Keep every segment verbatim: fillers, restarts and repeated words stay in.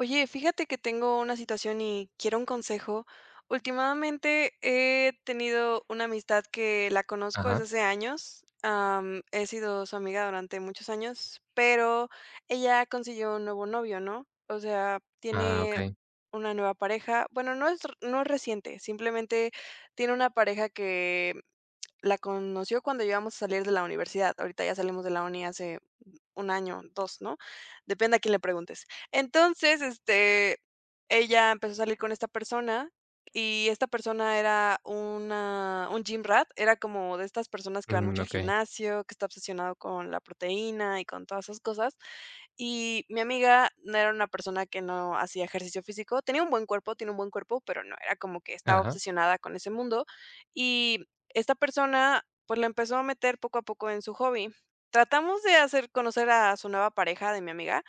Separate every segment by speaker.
Speaker 1: Oye, fíjate que tengo una situación y quiero un consejo. Últimamente he tenido una amistad que la conozco desde
Speaker 2: Ajá.
Speaker 1: hace años. Am, he sido su amiga durante muchos años, pero ella consiguió un nuevo novio, ¿no? O sea,
Speaker 2: Ah,
Speaker 1: tiene
Speaker 2: okey.
Speaker 1: una nueva pareja. Bueno, no es, no es reciente, simplemente tiene una pareja que la conoció cuando íbamos a salir de la universidad. Ahorita ya salimos de la uni hace un año, dos, ¿no? Depende a quién le preguntes. Entonces, este, ella empezó a salir con esta persona, y esta persona era una un gym rat, era como de estas personas que van
Speaker 2: Mm,
Speaker 1: mucho al
Speaker 2: okey.
Speaker 1: gimnasio, que está obsesionado con la proteína y con todas esas cosas. Y mi amiga no era una persona que no hacía ejercicio físico, tenía un buen cuerpo, tiene un buen cuerpo, pero no, era como que estaba
Speaker 2: Ajá.
Speaker 1: obsesionada con ese mundo. Y esta persona, pues, la empezó a meter poco a poco en su hobby. Tratamos de hacer conocer a su nueva pareja de mi amiga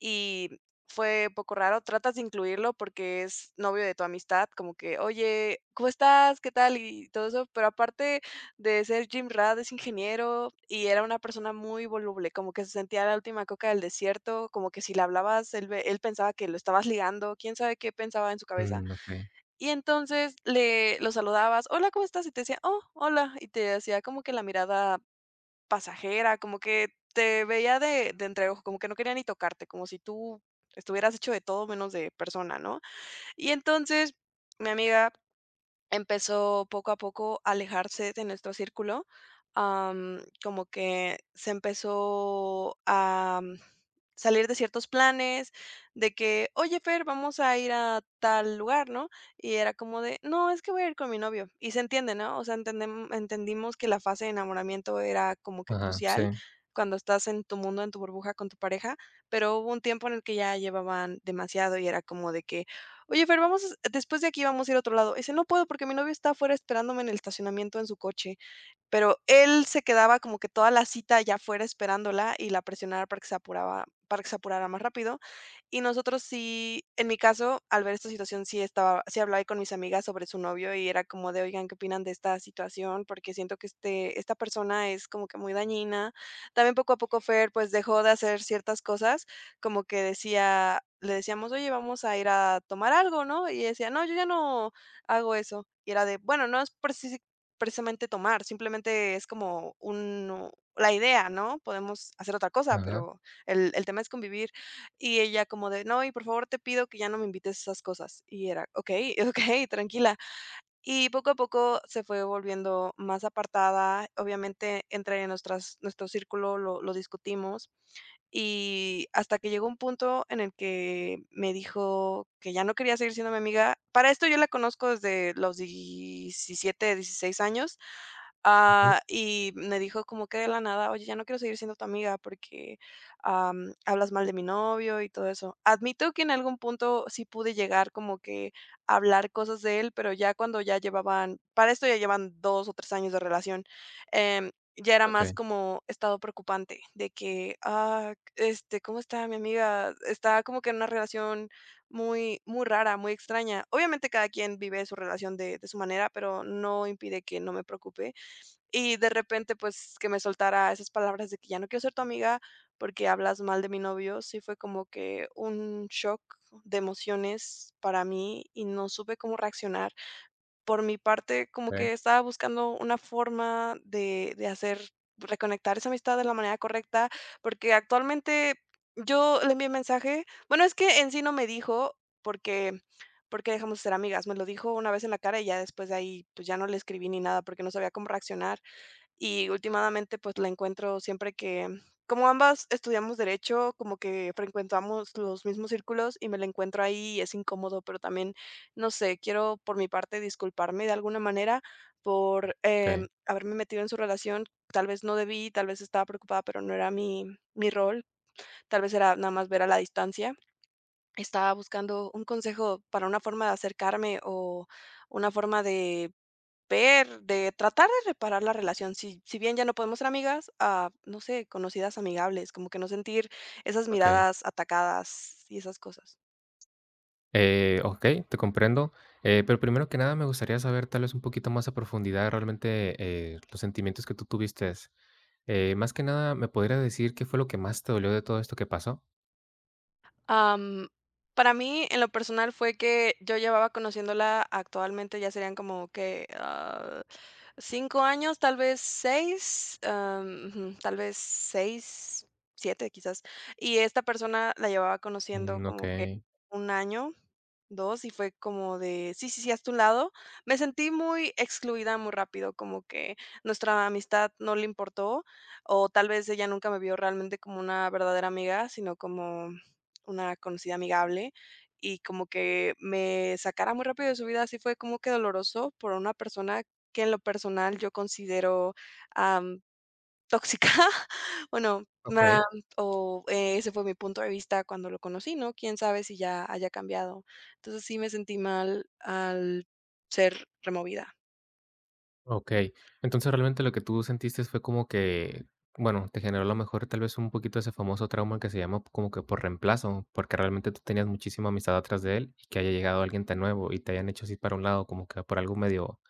Speaker 1: y fue poco raro. Tratas de incluirlo porque es novio de tu amistad, como que: "Oye, ¿cómo estás? ¿Qué tal?", y todo eso, pero aparte de ser Jim Rad es ingeniero y era una persona muy voluble, como que se sentía la última coca del desierto, como que si le hablabas, él, ve- él pensaba que lo estabas ligando, quién sabe qué pensaba en su cabeza.
Speaker 2: Mm, okey.
Speaker 1: Y entonces le lo saludabas, hola, ¿cómo estás? Y te decía, oh, hola. Y te hacía como que la mirada pasajera, como que te veía de, de entreojo, como que no quería ni tocarte, como si tú estuvieras hecho de todo menos de persona, ¿no? Y entonces mi amiga empezó poco a poco a alejarse de nuestro círculo, am, como que se empezó a am, salir de ciertos planes, de que: "Oye, Fer, vamos a ir a tal lugar", ¿no? Y era como de: "No, es que voy a ir con mi novio", y se entiende, ¿no? O sea, entendem entendimos que la fase de enamoramiento era como que
Speaker 2: Ajá, sí.
Speaker 1: crucial cuando estás en tu mundo, en tu burbuja con tu pareja, pero hubo un tiempo en el que ya llevaban demasiado y era como de que: "Oye, Fer, vamos, a- después de aquí vamos a ir a otro lado". Dice, no puedo porque mi novio está afuera esperándome en el estacionamiento en su coche. Pero él se quedaba como que toda la cita allá afuera esperándola y la presionaba para que se apuraba para que se apurara más rápido. Y nosotros sí, en mi caso, al ver esta situación, sí estaba sí hablaba ahí con mis amigas sobre su novio y era como de: "Oigan, ¿qué opinan de esta situación? Porque siento que este esta persona es como que muy dañina". También poco a poco Fer, pues, dejó de hacer ciertas cosas, como que decía le decíamos: "Oye, vamos a ir a tomar algo", ¿no? Y ella decía: "No, yo ya no hago eso". Y era de: "Bueno, no es preci precisamente tomar, simplemente es como un, la idea, ¿no? Podemos hacer otra cosa,
Speaker 2: Ajá.
Speaker 1: pero el el tema es convivir". Y ella como de: "No, y por favor, te pido que ya no me invites a esas cosas". Y era: "Okey, okey, tranquila". Y poco a poco se fue volviendo más apartada. Obviamente, entre nuestras nuestro círculo lo lo discutimos. Y hasta que llegó un punto en el que me dijo que ya no quería seguir siendo mi amiga. Para esto yo la conozco desde los diecisiete, dieciséis años,
Speaker 2: Ujú.
Speaker 1: ah, y me dijo como que de la nada: "Oye, ya no quiero seguir siendo tu amiga porque am, hablas mal de mi novio y todo eso". Admito que en algún punto sí pude llegar como que a hablar cosas de él, pero ya cuando ya llevaban, para esto ya llevan dos o tres años de relación. em, ya era más
Speaker 2: Okey,
Speaker 1: como estado preocupante de que, ah, este, ¿cómo está mi amiga? Está como que en una relación muy, muy rara, muy extraña. Obviamente cada quien vive su relación de, de su manera, pero no impide que no me preocupe. Y de repente, pues, que me soltara esas palabras de que ya no quiero ser tu amiga porque hablas mal de mi novio, sí fue como que un shock de emociones para mí y no supe cómo reaccionar. Por mi parte, como
Speaker 2: okey,
Speaker 1: que estaba buscando una forma de de hacer reconectar esa amistad de la manera correcta, porque actualmente yo le envié mensaje. Bueno, es que en sí no me dijo porque porque dejamos de ser amigas. Me lo dijo una vez en la cara y ya después de ahí, pues, ya no le escribí ni nada porque no sabía cómo reaccionar. Y últimamente pues la encuentro siempre que, mm, como ambas estudiamos derecho, como que frecuentamos los mismos círculos y me la encuentro ahí y es incómodo, pero también, no sé, quiero por mi parte disculparme de alguna manera por em,
Speaker 2: okey,
Speaker 1: haberme metido en su relación. Tal vez no debí, tal vez estaba preocupada, pero no era mi, mi rol. Tal vez era nada más ver a la distancia. Estaba buscando un consejo para una forma de acercarme o una forma de ver, de tratar de reparar la relación, si si bien ya no podemos ser amigas, a, no sé, conocidas amigables, como que no sentir esas
Speaker 2: okey.
Speaker 1: miradas atacadas y esas cosas.
Speaker 2: Eh, okey, te comprendo. Eh, pero primero que nada, me gustaría saber, tal vez, un poquito más a profundidad, realmente, eh, los sentimientos que tú tuviste. Eh, más que nada, ¿me podrías decir qué fue lo que más te dolió de todo esto que pasó?
Speaker 1: Am, para mí, en lo personal, fue que yo llevaba conociéndola actualmente, ya serían como que ah, cinco años, tal vez seis, am, ujú, tal vez seis, siete quizás. Y esta persona la llevaba conociendo
Speaker 2: Mm,
Speaker 1: como que
Speaker 2: okey,
Speaker 1: un año, dos, y fue como de: "Sí, sí, sí, hazte a un lado". Me sentí muy excluida muy rápido, como que nuestra amistad no le importó, o tal vez ella nunca me vio realmente como una verdadera amiga, sino como una conocida amigable, y como que me sacara muy rápido de su vida, así fue como que doloroso por una persona que en lo personal yo considero tóxica. Bueno, ma
Speaker 2: okey.
Speaker 1: o eh, ese fue mi punto de vista cuando lo conocí, ¿no? Quién sabe si ya haya cambiado. Entonces, sí me sentí mal al ser removida.
Speaker 2: Okey. Entonces, realmente lo que tú sentiste fue como que, bueno, te generó a lo mejor tal vez un poquito ese famoso trauma que se llama como que por reemplazo, porque realmente tú tenías muchísima amistad atrás de él y que haya llegado alguien tan nuevo y te hayan hecho así para un lado, como que por algo medio,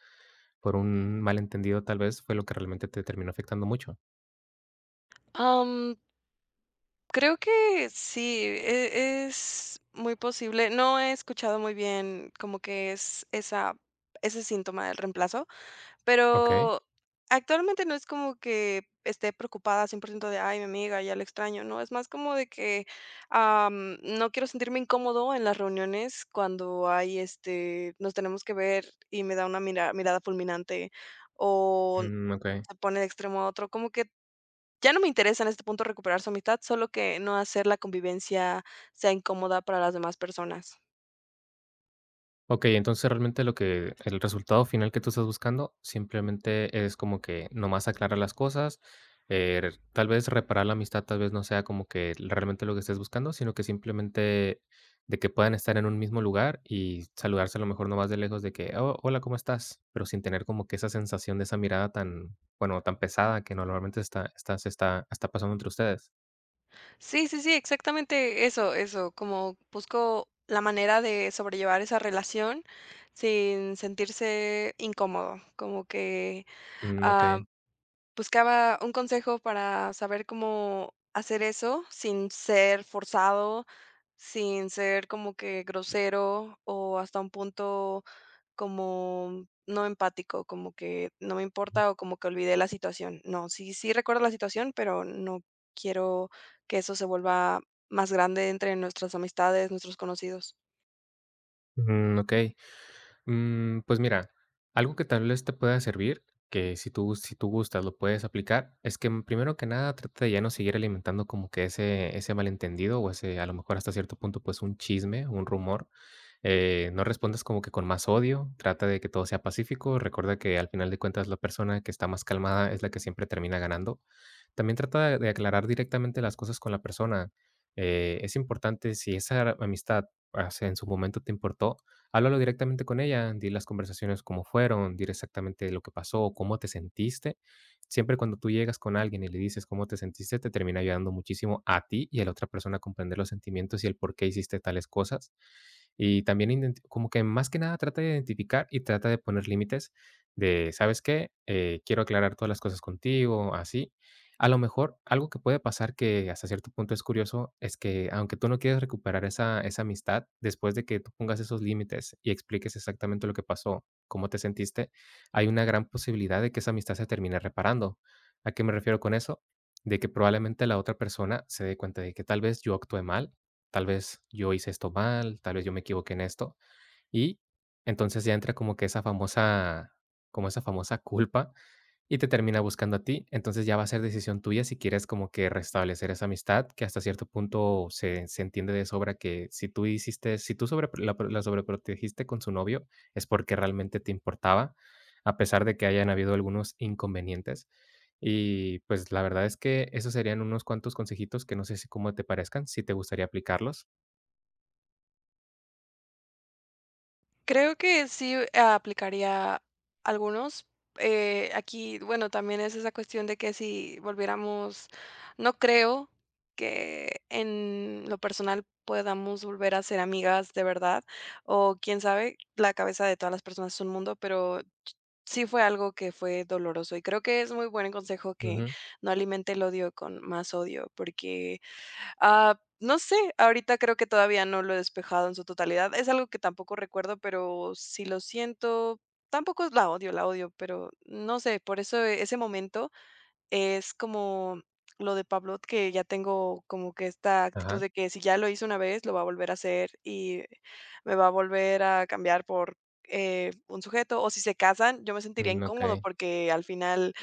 Speaker 2: por un malentendido tal vez, fue lo que realmente te terminó afectando mucho.
Speaker 1: Am, Creo que sí, e es muy posible. No he escuchado muy bien como que es esa, ese síntoma del reemplazo.
Speaker 2: Okey,
Speaker 1: Pero actualmente no es como que esté preocupada cien por ciento de, ay, mi amiga, ya la extraño, ¿no? Es más como de que am, no quiero sentirme incómodo en las reuniones cuando hay, este, nos tenemos que ver y me da una mira- mirada fulminante o
Speaker 2: mm, okey.
Speaker 1: se pone de extremo a otro. Como que ya no me interesa en este punto recuperar su amistad, solo que no hacer la convivencia sea incómoda para las demás personas.
Speaker 2: Okey, entonces realmente lo que el resultado final que tú estás buscando simplemente es como que nomás aclarar las cosas, eh, re- tal vez reparar la amistad, tal vez no sea como que realmente lo que estés buscando, sino que simplemente de que puedan estar en un mismo lugar y saludarse a lo mejor no más de lejos de que: "Oh, hola, ¿cómo estás?", pero sin tener como que esa sensación de esa mirada tan, bueno, tan pesada que normalmente está está se está está pasando entre ustedes.
Speaker 1: Sí, sí, sí, exactamente eso, eso, como busco la manera de sobrellevar esa relación sin sentirse incómodo, como que,
Speaker 2: Mm,
Speaker 1: ah,
Speaker 2: okey.
Speaker 1: buscaba un consejo para saber cómo hacer eso sin ser forzado, sin ser como que grosero o hasta un punto como no empático, como que no me importa o como que olvidé la situación. No, sí, sí recuerdo la situación, pero no quiero que eso se vuelva más grande entre nuestras amistades, nuestros conocidos.
Speaker 2: Mm, okey. Mm, pues mira, algo que tal vez te pueda servir, que si tú, si tú gustas lo puedes aplicar, es que mm, primero que nada trata de ya no seguir alimentando como que ese, ese malentendido o ese, a lo mejor hasta cierto punto, pues un chisme, un rumor. Eh, no respondas como que con más odio, trata de que todo sea pacífico, recuerda que al final de cuentas la persona que está más calmada es la que siempre termina ganando. También trata de, de aclarar directamente las cosas con la persona. Eh, es importante si esa amistad, o sea, en su momento te importó. Háblalo directamente con ella, di las conversaciones cómo fueron, di exactamente lo que pasó, cómo te sentiste. Siempre cuando tú llegas con alguien y le dices cómo te sentiste, te termina ayudando muchísimo a ti y a la otra persona a comprender los sentimientos y el por qué hiciste tales cosas. Y también identi- como que más que nada trata de identificar y trata de poner límites de, ¿sabes qué? Eh, quiero aclarar todas las cosas contigo, así. A lo mejor, algo que puede pasar que hasta cierto punto es curioso, es que aunque tú no quieras recuperar esa esa amistad, después de que tú pongas esos límites y expliques exactamente lo que pasó, cómo te sentiste, hay una gran posibilidad de que esa amistad se termine reparando. ¿A qué me refiero con eso? De que probablemente la otra persona se dé cuenta de que tal vez yo actué mal, tal vez yo hice esto mal, tal vez yo me equivoqué en esto, y entonces ya entra como que esa famosa como esa famosa culpa y te termina buscando a ti, entonces ya va a ser decisión tuya si quieres como que restablecer esa amistad, que hasta cierto punto se, se entiende de sobra que si tú hiciste, si tú sobre, la, la sobreprotegiste con su novio, es porque realmente te importaba, a pesar de que hayan habido algunos inconvenientes. Y pues la verdad es que esos serían unos cuantos consejitos que no sé si cómo te parezcan, si te gustaría aplicarlos.
Speaker 1: Creo que sí, eh, aplicaría algunos. Eh, aquí, bueno, también es esa cuestión de que si volviéramos, no creo que en lo personal podamos volver a ser amigas de verdad, o quién sabe, la cabeza de todas las personas es un mundo, pero sí fue algo que fue doloroso y creo que es muy buen consejo que
Speaker 2: Ujú.
Speaker 1: no alimente el odio con más odio, porque ah, no sé, ahorita creo que todavía no lo he despejado en su totalidad. Es algo que tampoco recuerdo, pero si lo siento, tampoco la odio, la odio, pero no sé, por eso e- ese momento es como lo de Pablo, que ya tengo como que esta actitud
Speaker 2: Ajá.
Speaker 1: de que si ya lo hice una vez, lo va a volver a hacer y me va a volver a cambiar por eh, un sujeto. O si se casan, yo me sentiría
Speaker 2: Mm, ok.
Speaker 1: incómodo porque al final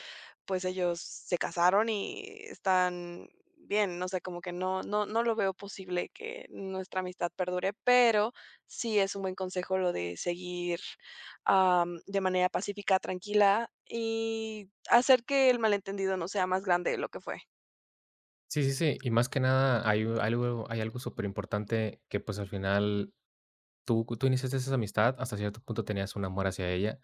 Speaker 1: pues ellos se casaron y están bien, no sé, como que no, no, no lo veo posible que nuestra amistad perdure, pero sí es un buen consejo lo de seguir am, de manera pacífica, tranquila y hacer que el malentendido no sea más grande de lo que fue.
Speaker 2: Sí, sí, sí. Y más que nada, hay u- algo, hay algo súper importante que pues al final Tú tú iniciaste esa amistad, hasta cierto punto tenías un amor hacia ella,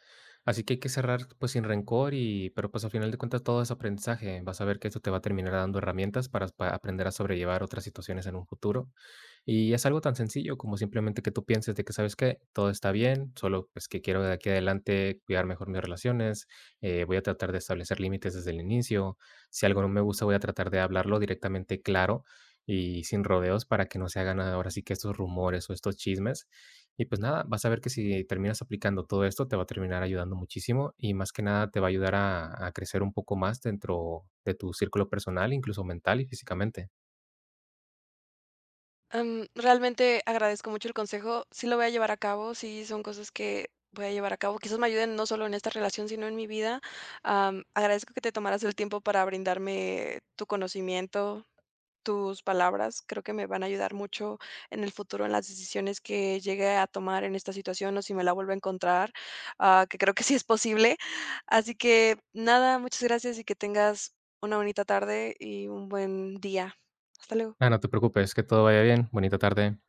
Speaker 2: así que hay que cerrar, pues, sin rencor y pero, pues, al final de cuentas todo es aprendizaje, vas a ver que eso te va a terminar dando herramientas para pa aprender a sobrellevar otras situaciones en un futuro. Y es algo tan sencillo como simplemente que tú pienses de que, ¿sabes qué? Todo está bien, solo pues que quiero de aquí adelante cuidar mejor mis relaciones, eh, voy a tratar de establecer límites desde el inicio, si algo no me gusta voy a tratar de hablarlo directamente claro y sin rodeos para que no se hagan ahora sí que estos rumores o estos chismes. Y pues nada, vas a ver que si terminas aplicando todo esto te va a terminar ayudando muchísimo y más que nada te va a ayudar a, a crecer un poco más dentro de tu círculo personal, incluso mental y físicamente.
Speaker 1: Am, realmente agradezco mucho el consejo, sí lo voy a llevar a cabo, sí son cosas que voy a llevar a cabo, quizás me ayuden no solo en esta relación, sino en mi vida. Am, agradezco que te tomaras el tiempo para brindarme tu conocimiento. Tus palabras creo que me van a ayudar mucho en el futuro en las decisiones que llegue a tomar en esta situación o si me la vuelvo a encontrar, ah, que creo que sí es posible. Así que nada, muchas gracias y que tengas una bonita tarde y un buen día. Hasta luego.
Speaker 2: Ah, no te preocupes, que todo vaya bien. Bonita tarde.